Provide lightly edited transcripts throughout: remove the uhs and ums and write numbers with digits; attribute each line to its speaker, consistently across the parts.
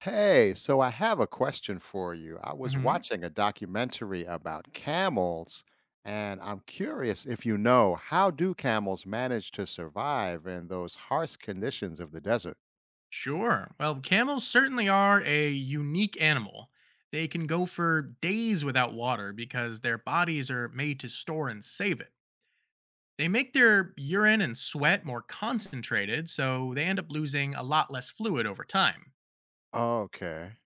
Speaker 1: Hey, so I have a question for you. I was
Speaker 2: Hmm
Speaker 1: watching a documentary about camels, and I'm curious if you know how do camels manage to survive in those harsh conditions of the desert?
Speaker 2: Sure. Well, camels certainly are a unique animal. They can go for days without water because their bodies are made to store and save it. They make their urine and sweat more concentrated, so they end up losing a lot less fluid over time.
Speaker 1: Okay.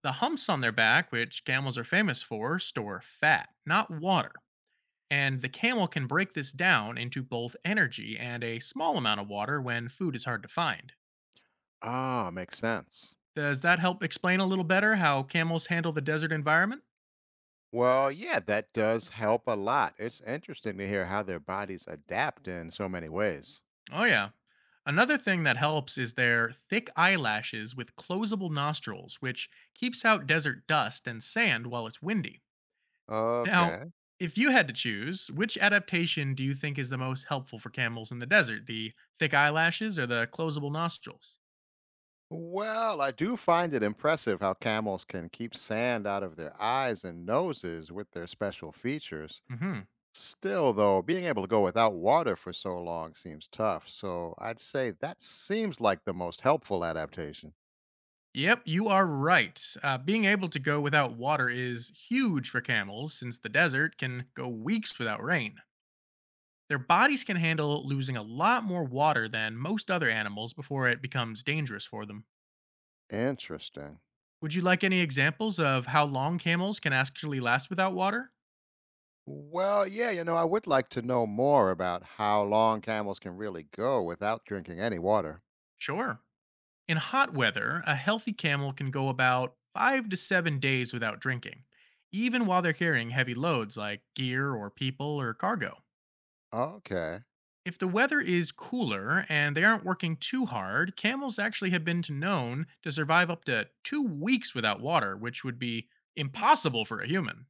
Speaker 2: The humps on their back, which camels are famous for, store fat, not water. And the camel can break this down into both energy and a small amount of water when food is hard to find.
Speaker 1: Ah, makes sense.
Speaker 2: Does that help explain a little better how camels handle the desert environment?
Speaker 1: Well, yeah, that does help a lot. It's interesting to hear how their bodies adapt in so many ways.
Speaker 2: Oh, yeah. Another thing that helps is their thick eyelashes with closable nostrils, which keeps out desert dust and sand while it's windy. Now,
Speaker 1: Okay.
Speaker 2: if you had to choose, which adaptation do you think is the most helpful for camels in the desert? The thick eyelashes or the closable nostrils?
Speaker 1: Well, I do find it impressive how camels can keep sand out of their eyes and noses with their special features.
Speaker 2: Hmm
Speaker 1: Still, though, being able to go without water for so long seems tough, so I'd say that seems like the most helpful adaptation.
Speaker 2: Yep, you are right. Being able to go without water is huge for camels since the desert can go weeks without rain. Their bodies can handle losing a lot more water than most other animals before it becomes dangerous for them.
Speaker 1: Interesting.
Speaker 2: Would you like any examples of how long camels can actually last without water?
Speaker 1: Well, yeah, I would like to know more about how long camels can really go without drinking any water.
Speaker 2: Sure. In hot weather, a healthy camel can go about 5 to 7 days without drinking, even while they're carrying heavy loads like gear or people or cargo.
Speaker 1: Okay.
Speaker 2: If the weather is cooler and they aren't working too hard, camels actually have been known to survive up to 2 weeks without water, which would be impossible for a human.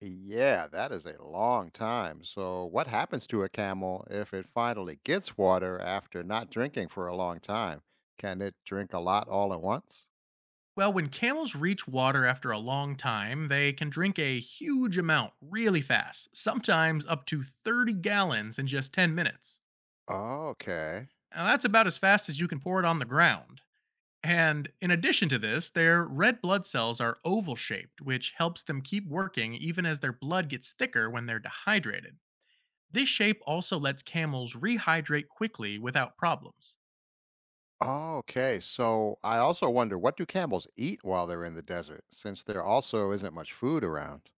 Speaker 1: Yeah, that is a long time. So, what happens to a camel if it finally gets water after not drinking for a long time? Can it drink a lot all at once?
Speaker 2: Well, when camels reach water after a long time, they can drink a huge amount really fast, sometimes up to 30 gallons in just 10 minutes.
Speaker 1: Okay.
Speaker 2: Now, that's about as fast as you can pour it on the ground. And in addition to this, their red blood cells are oval shaped, which helps them keep working even as their blood gets thicker when they're dehydrated. This shape also lets camels rehydrate quickly without problems.
Speaker 1: Oh, okay. So I also wonder what do camels eat while they're in the desert, since there also isn't much food around?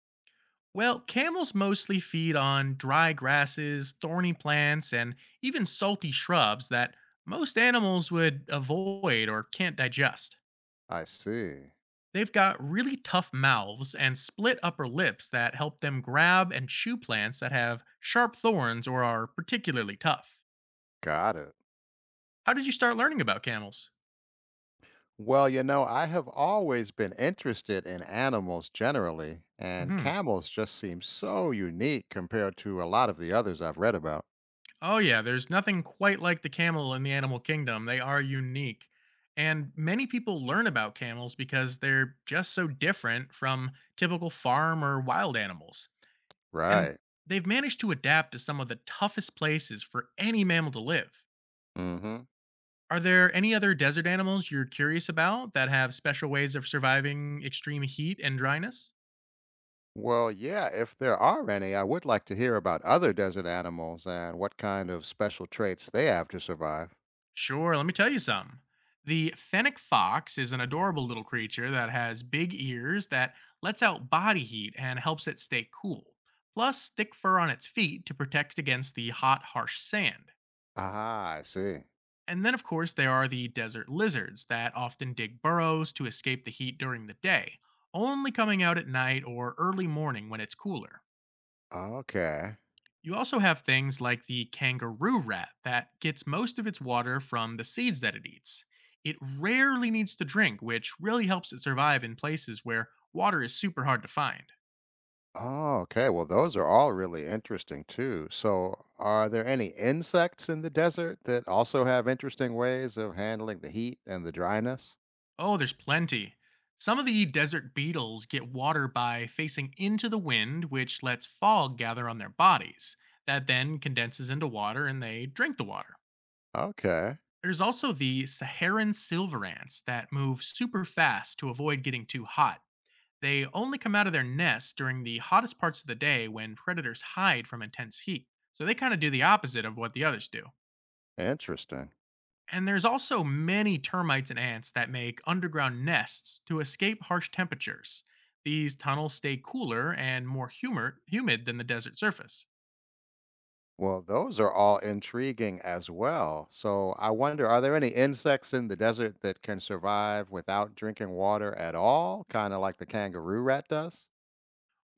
Speaker 2: Well, camels mostly feed on dry grasses, thorny plants, and even salty shrubs that most animals would avoid or can't digest.
Speaker 1: I see.
Speaker 2: They've got really tough mouths and split upper lips that help them grab and chew plants that have sharp thorns or are particularly tough.
Speaker 1: Got it.
Speaker 2: How did you start learning about camels?
Speaker 1: Well, I have always been interested in animals generally, and
Speaker 2: Hmm
Speaker 1: camels just seem so unique compared to a lot of the others I've read about.
Speaker 2: Oh, yeah. There's nothing quite like the camel in the animal kingdom. They are unique. And many people learn about camels because they're just so different from typical farm or wild animals. And
Speaker 1: Right.
Speaker 2: they've managed to adapt to some of the toughest places for any mammal to live.
Speaker 1: Hmm.
Speaker 2: Are there any other desert animals you're curious about that have special ways of surviving extreme heat and dryness?
Speaker 1: Well, yeah, if there are any, I would like to hear about other desert animals and what kind of special traits they have to survive.
Speaker 2: Sure, let me tell you something. The fennec fox is an adorable little creature that has big ears that lets out body heat and helps it stay cool, plus thick fur on its feet to protect against the hot, harsh sand.
Speaker 1: Ah, I see.
Speaker 2: And then, of course, there are the desert lizards that often dig burrows to escape the heat during the day, only coming out at night or early morning when it's cooler.
Speaker 1: Okay.
Speaker 2: You also have things like the kangaroo rat that gets most of its water from the seeds that it eats. It rarely needs to drink, which really helps it survive in places where water is super hard to find.
Speaker 1: Oh, okay. Well, those are all really interesting too. So, are there any insects in the desert that also have interesting ways of handling the heat and the dryness?
Speaker 2: Oh, there's plenty. Some of the desert beetles get water by facing into the wind, which lets fog gather on their bodies. That then condenses into water and they drink the water.
Speaker 1: Okay,
Speaker 2: There's also the Saharan silver ants that move super fast to avoid getting too hot. They only come out of their nests during the hottest parts of the day when predators hide from intense heat. So they kind of do the opposite of what the others do.
Speaker 1: interesting.
Speaker 2: And there's also many termites and ants that make underground nests to escape harsh temperatures. These tunnels stay cooler and more humid than the desert surface.
Speaker 1: Well, those are all intriguing as well. So, I wonder are there any insects in the desert that can survive without drinking water at all? Kind of like the kangaroo rat does?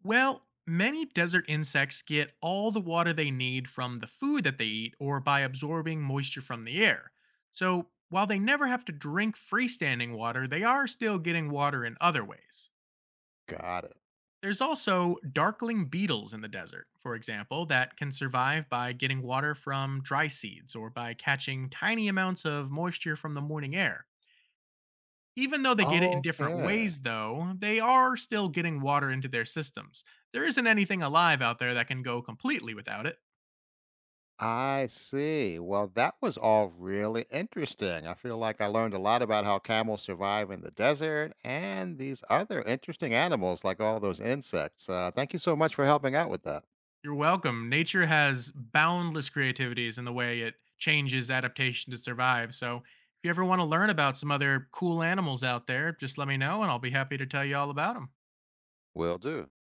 Speaker 2: Well, many desert insects get all the water they need from the food that they eat or by absorbing moisture from the air. So, while they never have to drink freestanding water, they are still getting water in other ways.
Speaker 1: Got it.
Speaker 2: There's also darkling beetles in the desert, for example, that can survive by getting water from dry seeds or by catching tiny amounts of moisture from the morning air. Even though they get it in different
Speaker 1: Okay.
Speaker 2: ways, though, they are still getting water into their systems. There isn't anything alive out there that can go completely without it.
Speaker 1: I see. Well, that was all really interesting. I feel like I learned a lot about how camels survive in the desert and these other interesting animals, like all those insects. Thank you so much for helping out with that.
Speaker 2: You're welcome. Nature has boundless creativities in the way it changes adaptation to survive. So, if you ever want to learn about some other cool animals out there, just let me know and I'll be happy to tell you all about them.
Speaker 1: Will do.